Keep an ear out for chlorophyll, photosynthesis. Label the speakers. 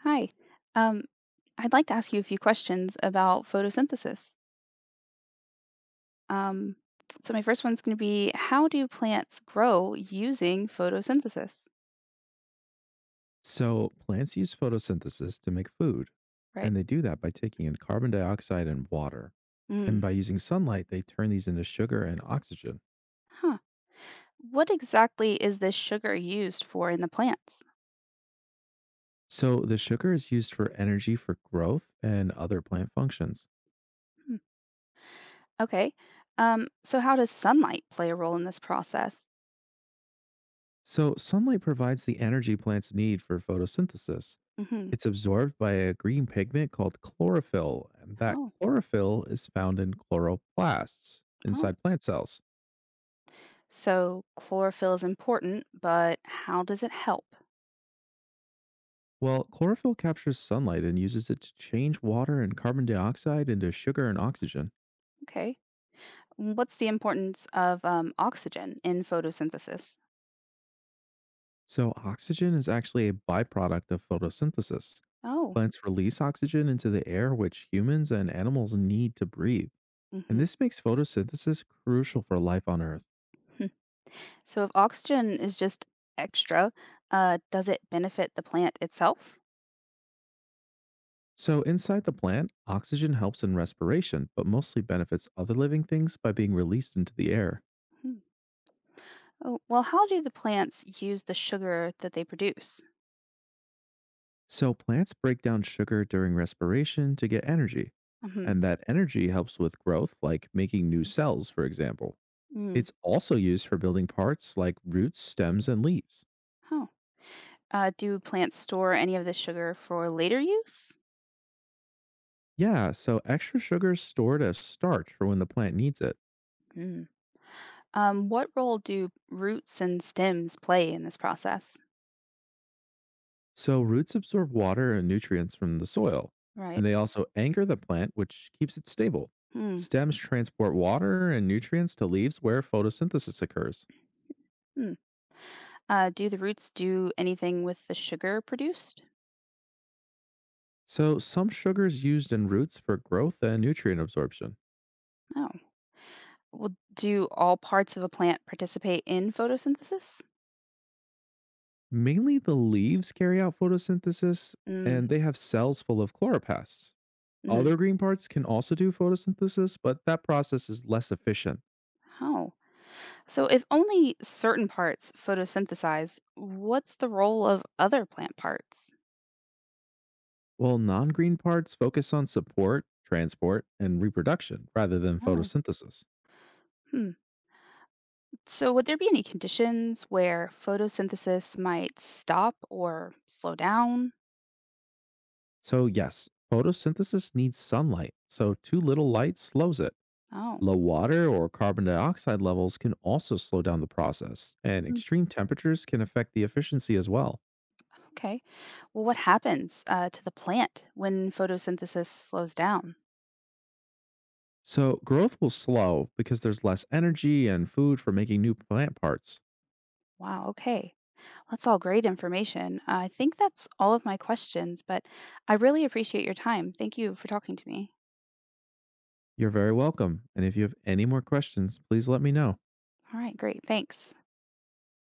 Speaker 1: Hi. Um, I'd like to ask you a few questions about photosynthesis. Um, so my first one's going to be, how do plants grow using photosynthesis?
Speaker 2: So plants use photosynthesis to make food,
Speaker 1: Right.
Speaker 2: and they do that by taking in carbon dioxide and water. And
Speaker 1: Mm.
Speaker 2: by using sunlight, they turn these into sugar and oxygen.
Speaker 1: Huh. What exactly is this sugar used for in the plants?
Speaker 2: So the sugar is used for energy for growth and other plant functions.
Speaker 1: Hmm. Okay. So how does sunlight play a role in this process?
Speaker 2: So sunlight provides the energy plants need for photosynthesis.
Speaker 1: Hmm.
Speaker 2: It's absorbed by a green pigment called chlorophyll, and that
Speaker 1: Oh,
Speaker 2: chlorophyll is found in chloroplasts
Speaker 1: oh.
Speaker 2: inside plant cells.
Speaker 1: So chlorophyll is important, but how does it help?
Speaker 2: Well, chlorophyll captures sunlight and uses it to change water and carbon dioxide into sugar and oxygen.
Speaker 1: Okay. What's the importance of oxygen in photosynthesis?
Speaker 2: So, oxygen is actually a byproduct of photosynthesis.
Speaker 1: Oh.
Speaker 2: Plants release oxygen into the air, which humans and animals need to breathe. And
Speaker 1: Mm-hmm.
Speaker 2: this makes photosynthesis crucial for life on Earth.
Speaker 1: Hmm. So if oxygen is just extra, does it benefit the plant itself?
Speaker 2: So, inside the plant, oxygen helps in respiration, but mostly benefits other living things by being released into the air.
Speaker 1: Hmm. Oh, well, how do the plants use the sugar that they produce?
Speaker 2: So, plants break down sugar during respiration to get energy,
Speaker 1: Hmm.
Speaker 2: and that energy helps with growth, like making new cells, for example.
Speaker 1: Mm.
Speaker 2: It's also used for building parts like roots, stems, and leaves.
Speaker 1: Oh. Do plants store any of the sugar for later use?
Speaker 2: Yeah, so extra sugar is stored as starch for when the plant needs it.
Speaker 1: Mm. What role do roots and stems play in this process?
Speaker 2: So, roots absorb water and nutrients from the soil, and
Speaker 1: Right.
Speaker 2: they also anchor the plant, which keeps it stable.
Speaker 1: Mm.
Speaker 2: Stems transport water and nutrients to leaves where photosynthesis occurs.
Speaker 1: Mm. Do the roots do anything with the sugar produced?
Speaker 2: So, some sugars used in roots for growth and nutrient absorption.
Speaker 1: Oh. Well, do all parts of a plant participate in photosynthesis?
Speaker 2: Mainly the leaves carry out photosynthesis
Speaker 1: Mm,
Speaker 2: and they have cells full of chloroplasts.
Speaker 1: hmm.
Speaker 2: Other green parts can also do photosynthesis, but that process is less efficient.
Speaker 1: Oh. So if only certain parts photosynthesize, what's the role of other plant parts?
Speaker 2: While non green parts focus on support, transport, and reproduction rather than
Speaker 1: Oh.
Speaker 2: photosynthesis.
Speaker 1: Hmm. So would there be any conditions where photosynthesis might stop or slow down?
Speaker 2: So, yes, photosynthesis needs sunlight, so too little light slows it.
Speaker 1: Oh.
Speaker 2: Low water or carbon dioxide levels can also slow down the process, and
Speaker 1: Mm,
Speaker 2: extreme temperatures can affect the efficiency as well.
Speaker 1: okay. Well, what happens to the plant when photosynthesis slows down?
Speaker 2: So, growth will slow because there's less energy and food for making new plant parts.
Speaker 1: Wow, okay. That's all great information. I think that's all of my questions, but I really appreciate your time. Thank you for talking to me.
Speaker 2: You're very welcome, and if you have any more questions, please let me know.
Speaker 1: All right, great. Thanks.